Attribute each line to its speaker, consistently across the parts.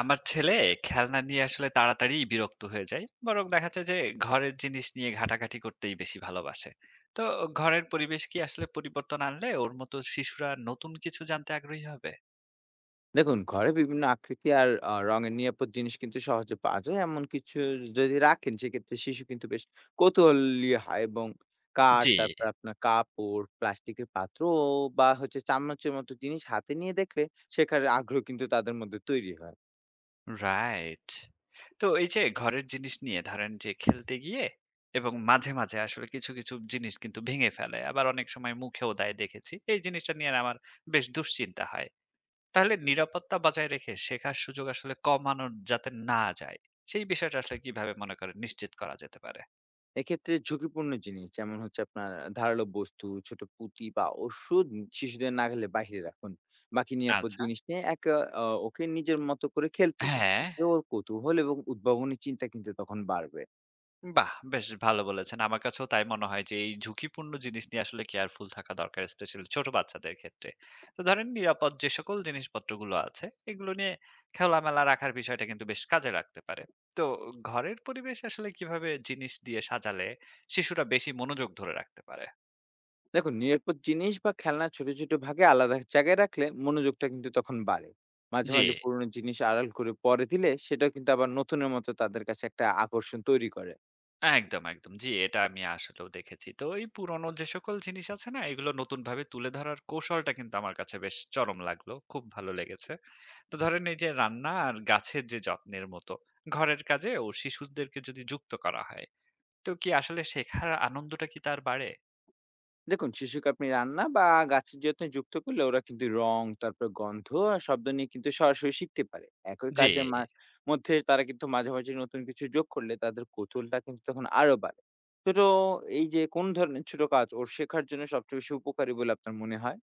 Speaker 1: আমার ছেলে খেলনা নিয়ে আসলে তাড়াতাড়ি বিরক্ত হয়ে যায়, বরং দেখা যাচ্ছে যে ঘরের জিনিস নিয়ে ঘাটাঘাটি করতেই বেশি ভালোবাসে। তো ঘরের পরিবেশ কি আসলে পরিবর্তন আনলে ওর মতো শিশুরা নতুন কিছু জানতে আগ্রহী হবে?
Speaker 2: দেখুন, ঘরে বিভিন্ন আকৃতি আর রঙের নিরাপদ জিনিস কিন্তু সহজে পাওয়া যায়। এমন কিছু যদি রাখেন সেক্ষেত্রে শিশু কিন্তু বেশ কৌতূহলী হয়, এবং কাঠ,
Speaker 1: জি।
Speaker 2: তারপর আপনার কাপড়, প্লাস্টিকের পাত্র বা হচ্ছে চামচের মতো জিনিস হাতে নিয়ে দেখলে শেখার আগ্রহ কিন্তু তাদের মধ্যে তৈরি হয়।
Speaker 1: রাইট। তো এই যে ঘরের জিনিস নিয়ে ধরেন যে খেলতে গিয়ে এবং মাঝে মাঝে আসলে কিছু কিছু জিনিস কিন্তু ভেঙে ফেলে, আবার অনেক সময় মুখেও দেয় দেখেছি। এই জিনিসটা নিয়ে আমার বেশ দুশ্চিন্তা হয়। তাহলে নিরাপত্তা বজায় রেখে শেখার সুযোগ আসলে কমানো যাতে না যায়, সেই বিষয়টা আসলে কিভাবে মনে করেন নিশ্চিত করা যেতে পারে?
Speaker 2: এক্ষেত্রে ঝুঁকিপূর্ণ জিনিস যেমন হচ্ছে আপনার ধারালো বস্তু, ছোট পুঁতি বা ওষুধ শিশুদের নাগালে বাহিরে রাখুন। বাকি নিরাপদ
Speaker 1: আচ্ছা।
Speaker 2: জিনিস নিয়ে একা ওকে নিজের মতো করে খেলতে দিন।
Speaker 1: হ্যাঁ।
Speaker 2: এতে ওর কৌতূহল এবং উদ্ভাবনী চিন্তা কিন্তু তখন বাড়বে।
Speaker 1: বাহ, বেশ ভালো বলেছেন। আমার কাছেও তাই মনে হয় যে এই ঝুঁকিপূর্ণ জিনিস নিয়ে আসলে কেয়ারফুল থাকা দরকার, স্পেশালি ছোট বাচ্চাদের ক্ষেত্রে। তো ধরেন নিরাপদ যে সকল জিনিসপত্রগুলো আছে, এগুলো নিয়ে খেলামেলা রাখার বিষয়টা কিন্তু বেশ কাজে লাগতে পারে। তো ঘরের পরিবেশ আসলে কিভাবে জিনিস দিয়ে সাজালে শিশুরা বেশি মনোযোগ ধরে রাখতে পারে?
Speaker 2: দেখুন, নিরাপদ জিনিস বা খেলনা ছোট, ছোট ভাগে আলাদা জায়গায় রাখলে মনোযোগটা কিন্তু তখন বাড়ে। মাঝে,
Speaker 1: জি।
Speaker 2: মাঝে পুরনো জিনিস আড়াল করে পরে দিলে সেটাও কিন্তু আবার নতুনের মতো তাদের কাছে একটা আকর্ষণ তৈরি করে।
Speaker 1: একদম, একদম। জি, এটা আমি আসলেও দেখেছি। তো এই পুরনো যে সকল জিনিস আছে না? এগুলো নতুনভাবে তুলে ধরার কৌশলটা কিন্তু আমার কাছে বেশ চরম লাগলো। খুব ভালো লেগেছে। তো ধরেন এই যে রান্না আর গাছের যে যত্নের মতো, ঘরের কাজেও শিশুদেরকে যদি যুক্ত করা হয়, তো কি আসলে শেখার আনন্দটা কি তার বাড়ে?
Speaker 2: দেখুন, শিশুকে আপনি রান্না বা গাছের যত্নে যুক্ত করলে ওরা কিন্তু রং, তারপর গন্ধ আর শব্দ নিয়ে কিন্তু সরাসরি শিখতে পারে। একই
Speaker 1: জি,
Speaker 2: কাজের মধ্যে তারা কিন্তু মাঝে মাঝে নতুন কিছু যোগ করলে তাদের কৌতূহলটা কিন্তু তখন আরো বাড়ে। ছোট এই যে কোন ধরনের ছোট কাজ ওর শেখার জন্য সবচেয়ে বেশি উপকারী বলে আপনার মনে হয়?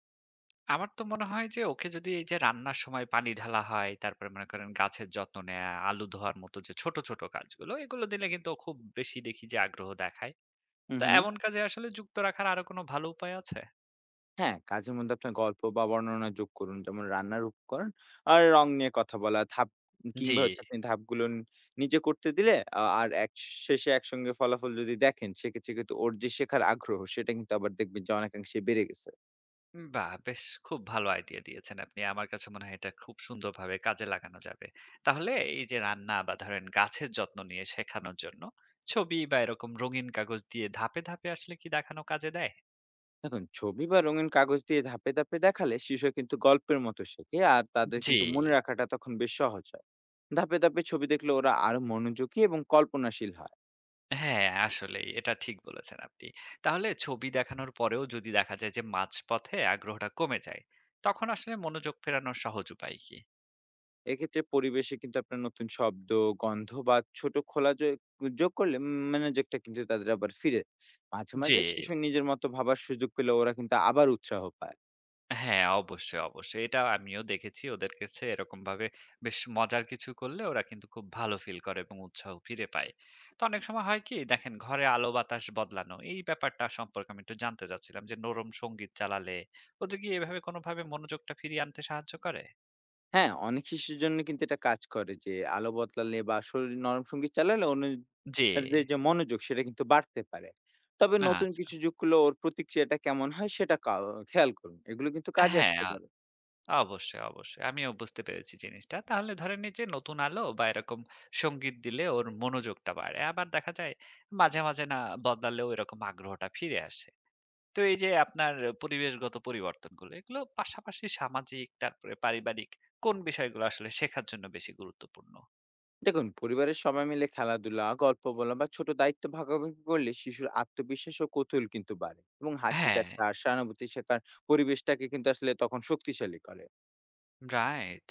Speaker 1: আমার তো মনে হয় যে ওকে যদি এই যে রান্নার সময় পানি ঢালা হয়, তারপরে মনে করেন গাছের যত্ন নেয়া, আলু ধোয়ার মতো যে ছোট, ছোট কাজগুলো, এগুলো দিলে কিন্তু ও খুব বেশি দেখি যে আগ্রহ দেখায়।
Speaker 2: হুম,
Speaker 1: তো
Speaker 2: হুম।
Speaker 1: এমন কাজে আসলে যুক্ত রাখার আরো কোনো ভালো উপায় আছে?
Speaker 2: হ্যাঁ, কাজের মধ্যে আপনার গল্প বা বর্ণনা যোগ করুন। যেমন রান্নার উপকরণ আর রং নিয়ে কথা বলা, ধাপ
Speaker 1: জি।
Speaker 2: কিংবা হচ্ছে আপনি ধাপগুলো নিজে করতে দিলে, আ আর এক শেষে একসঙ্গে ফলাফল যদি দেখেন, সেক্ষেত্রে কিন্তু ওর যে শেখার আগ্রহ, সেটা কিন্তু আবার দেখবেন যে অনেকাংশে বেড়ে গেছে।
Speaker 1: বাহ! বেশ খুব ভালো আইডিয়া দিয়েছেন আপনি। আমার কাছে মনে হয় এটা খুব সুন্দরভাবে কাজে লাগানো যাবে। তাহলে এই যে রান্না বা ধরেন গাছের যত্ন নিয়ে শেখানোর জন্য ছবি বা এরকম রঙিন কাগজ দিয়ে ধাপে, ধাপে আসলে কি দেখানো কাজে দেয়?
Speaker 2: দেখুন, ছবি বা রঙিন কাগজ দিয়ে ধাপে, ধাপে দেখালে শিশুরা কিন্তু গল্পের মতো শেখে, আর তাদের
Speaker 1: জি।
Speaker 2: কিন্তু মনে রাখাটা তখন বেশ সহজ হয়। ধাপে, ধাপে ছবি দেখলে ওরা আরো মনোযোগী এবং কল্পনাশীল হয়।
Speaker 1: হ্যাঁ, আসলেই এটা ঠিক বলেছেন আপনি। তাহলে ছবি দেখানোর পরেও যদি দেখা যায় যে মাঝপথে আগ্রহটা কমে যায়, তখন আসলে মনোযোগ ফেরানোর সহজ উপায় কি?
Speaker 2: এক্ষেত্রে পরিবেশে কিন্তু আপনার নতুন শব্দ, গন্ধ বা ছোট খোলা যোগ করলে মনোযোগটা কিন্তু তাদের আবার ফিরে। মাঝে,
Speaker 1: জি।
Speaker 2: মাঝে শিশু নিজের মতো ভাবার সুযোগ পেলে ওরা কিন্তু আবার উৎসাহ পায়।
Speaker 1: হ্যাঁ, অবশ্যই, অবশ্যই। এটা আমিও দেখেছি ওদের কাছে এরকমভাবে বেশ মজার কিছু করলে ওরা কিন্তু খুব ভালো ফিল করে এবং উৎসাহ ফিরে পায়। তো অনেক সময় হয় কি দেখেন ঘরে আলো বাতাস বদলানো এই ব্যাপারটা সম্পর্কে আমি একটু জানতে চাচ্ছিলাম যে নরম সঙ্গীত চালালে ওদের কি এভাবে কোনোভাবে মনোযোগটা ফিরিয়ে আনতে সাহায্য করে?
Speaker 2: হ্যাঁ, অনেক শিশুর জন্য কিন্তু এটা কাজ করে যে আলো বদলালে বা শরীর নরম সঙ্গীত চালালে
Speaker 1: জি,
Speaker 2: অন্যদের যে মনোযোগ সেটা কিন্তু বাড়তে পারে। তবে নতুন
Speaker 1: আচ্ছা।
Speaker 2: কিছু যোগ করলে ওর প্রতিক্রিয়াটা কেমন হয় সেটা খেয়াল করুন। এগুলো কিন্তু কাজে আসতে
Speaker 1: হ্যাঁ।
Speaker 2: পারে।
Speaker 1: অবশ্যই, অবশ্যই। আমিও বুঝতে পেরেছি জিনিসটা। তাহলে ধরেন এই যে নতুন আলো বা এরকম সংগীত দিলে ওর মনোযোগটা বাড়ে। আবার দেখা যায় মাঝে, মাঝে না বদলালেও এরকম আগ্রহটা ফিরে আসে। তো এই যে আপনার পরিবেশগত পরিবর্তনগুলো, এগুলো পাশাপাশি সামাজিক তারপরে পারিবারিক কোন বিষয়গুলো আসলে শেখার জন্য বেশি গুরুত্বপূর্ণ?
Speaker 2: দেখুন, পরিবারের সবাই মিলে খেলাধুলা, গল্প বলা বা ছোট দায়িত্ব ভাগাভাগি করলে শিশুর আত্মবিশ্বাস ও কৌতূহল কিন্তু বাড়ে, এবং হাসি
Speaker 1: হ্যাঁ,
Speaker 2: ঠাট্টা আর সহানুভূতি শেখার পরিবেশটাকে কিন্তু আসলে তখন শক্তিশালী করে।
Speaker 1: রাইট।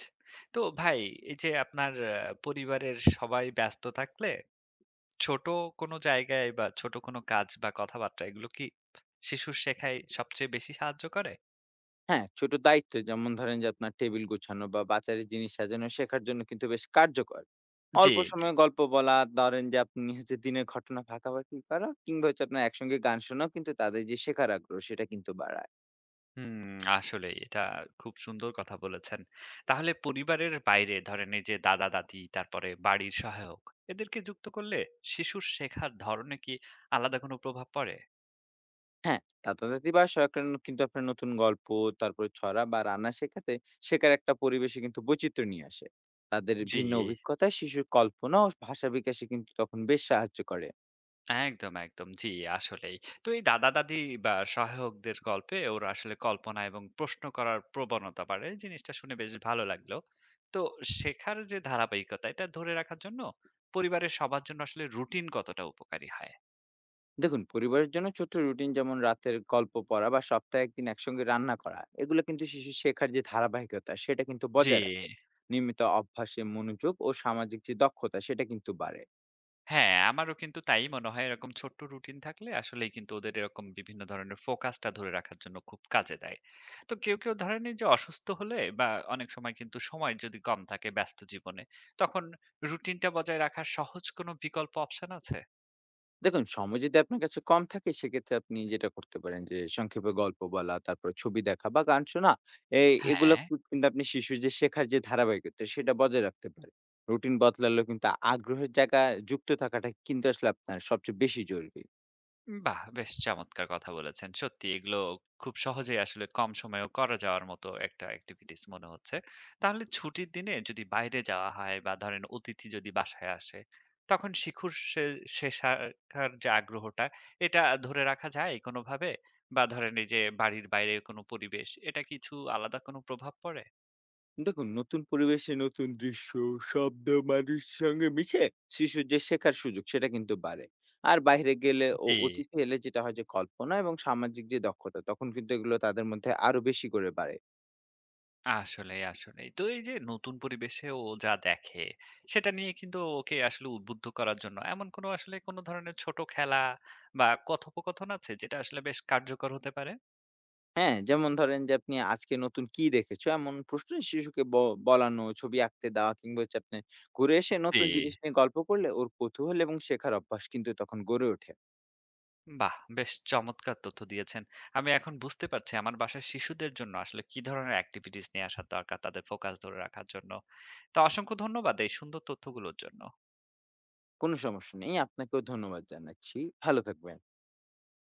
Speaker 1: তো ভাই এই যে আপনার পরিবারের সবাই ব্যস্ত থাকলে ছোট কোনো জায়গায় বা ছোট কোনো কাজ বা কথাবার্তা এগুলো কি শিশুর শেখায় সবচেয়ে বেশি সাহায্য করে?
Speaker 2: হ্যাঁ, ছোট দায়িত্ব যেমন ধরেন যে আপনার টেবিল গোছানো বা বাজারের জিনিস সাজানো শেখার জন্য কিন্তু বেশ কার্যকর।
Speaker 1: জি,
Speaker 2: অল্প সময়ে গল্প বলা, ধরেন যে আপনি হচ্ছে দিনের ঘটনা ভাগাভাগি করা কিংবা হচ্ছে আপনার একসঙ্গে গান শোনাও কিন্তু তাদের যে শেখার আগ্রহ সেটা কিন্তু বাড়ায়।
Speaker 1: হুম, আসলেই এটা খুব সুন্দর কথা বলেছেন। তাহলে পরিবারের বাইরে ধরেন এই যে দাদা-দাদি তারপরে বাড়ির সহায়ক এদেরকে যুক্ত করলে শিশুর শেখার ধরনে কি আলাদা কোনো প্রভাব পড়ে?
Speaker 2: হ্যাঁ, দাদা-দাদি বা সহায়করা কিন্তু আপনার নতুন গল্প, তারপরে ছড়া বা রান্না শেখাতে শেখার একটা পরিবেশে কিন্তু বৈচিত্র্য নিয়ে আসে। তাদের
Speaker 1: জি।
Speaker 2: ভিন্ন অভিজ্ঞতা শিশুর কল্পনা ও ভাষা বিকাশে কিন্তু তখন বেশ সাহায্য করে।
Speaker 1: একদম, একদম। জি, আসলেই। তো এই দাদা-দাদি বা সহায়কদের গল্পে ওর আসলে কল্পনা এবং প্রশ্ন করার প্রবণতা বাড়ে। এই জিনিসটা শুনে বেশ ভালো লাগলো। তো শেখার যে ধারাবাহিকতা, এটা ধরে রাখার জন্য পরিবারের সবার জন্য আসলে রুটিন কতটা উপকারী হয়?
Speaker 2: দেখুন, পরিবারের জন্য ছোট্ট রুটিন যেমন রাতের গল্প পড়া বা সপ্তাহে একদিন একসঙ্গে রান্না করা, এগুলো কিন্তু শিশুর শেখার যে ধারাবাহিকতা সেটা কিন্তু
Speaker 1: জি।
Speaker 2: বজায় রাখে। নিয়মিত অভ্যাসে মনোযোগ ও সামাজিক যে দক্ষতা সেটা কিন্তু বাড়ে।
Speaker 1: হ্যাঁ, আমারও কিন্তু তাই মনে হয়। এরকম ছোট্ট রুটিন থাকলে আসলেই কিন্তু ওদের এরকম বিভিন্ন ধরনের ফোকাসটা ধরে রাখার জন্য খুব কাজে দেয়। তো কেউ, কেউ ধরেন এই যে অসুস্থ হলে বা অনেক সময় কিন্তু সময় যদি কম থাকে ব্যস্ত জীবনে, তখন রুটিনটা বজায় রাখার সহজ কোনো বিকল্প অপশন আছে?
Speaker 2: দেখুন, সময় যদি আপনার কাছে কম থাকে সেক্ষেত্রে আপনি যেটা করতে পারেন যে সংক্ষেপে গল্প বলা, তারপরে ছবি দেখা বা গান শোনা, এগুলো
Speaker 1: হ্যাঁ।
Speaker 2: কিন্তু আপনি শিশুর যে শেখার যে ধারাবাহিকতা সেটা বজায় রাখতে পারে। রুটিন বদলালেও কিন্তু আগ্রহের জায়গায় যুক্ত থাকাটা কিন্তু আসলে আপনার সবচেয়ে বেশি জরুরি।
Speaker 1: বাহ! বেশ চমৎকার কথা বলেছেন। সত্যি এগুলো খুব সহজেই আসলে কম সময়েও করা যাওয়ার মতো একটা এক্টিভিটিস মনে হচ্ছে। তাহলে ছুটির দিনে যদি বাইরে যাওয়া হয় বা ধরেন অতিথি যদি বাসায় আসে, তখন শিখুর সে সে শেখার যে আগ্রহটা এটা ধরে রাখা যায় কোনোভাবে? বা ধরেন এই যে বাড়ির বাইরে কোনো পরিবেশ, এটা কিছু আলাদা কোনো প্রভাব পড়ে?
Speaker 2: দেখুন, নতুন পরিবেশে নতুন দৃশ্য, শব্দ, মানুষের সঙ্গে মিশে শিশুর যে শেখার সুযোগ সেটা কিন্তু বাড়ে। আর বাইরে গেলে ও
Speaker 1: জি।
Speaker 2: অতিথি এলে যেটা হয় যে কল্পনা এবং সামাজিক যে দক্ষতা তখন কিন্তু এগুলো তাদের মধ্যে আরো বেশি করে বাড়ে।
Speaker 1: আসলেই, আসলেই। তো এই যে নতুন পরিবেশে ও যা দেখে, সেটা নিয়ে কিন্তু ওকে আসলে উদ্বুদ্ধ করার জন্য এমন কোনো আসলে কোনো ধরনের ছোট খেলা বা কথোপকথন আছে যেটা আসলে বেশ কার্যকর হতে পারে?
Speaker 2: হ্যাঁ, যেমন ধরেন যে আপনি আজকে নতুন কি দেখেছো? এমন প্রশ্নে শিশুকে বলানো, ছবি আঁকতে দেওয়া কিংবা হচ্ছে আপনি ঘুরে এসে
Speaker 1: জি।
Speaker 2: নতুন জিনিস নিয়ে গল্প করলে ওর কৌতূহল এবং শেখার অভ্যাস কিন্তু তখন গড়ে ওঠে।
Speaker 1: বাহ! বেশ চমৎকার তথ্য দিয়েছেন। আমি এখন বুঝতে পারছি আমার বাসার শিশুদের জন্য আসলে কি ধরনের এক্টিভিটিস নিয়ে আসার দরকার তাদের ফোকাস ধরে রাখার জন্য। তো অসংখ্য ধন্যবাদ এই সুন্দর তথ্যগুলোর জন্য।
Speaker 2: কোনো সমস্যা নেই। আপনাকেও ধন্যবাদ জানাচ্ছি। ভালো থাকবেন।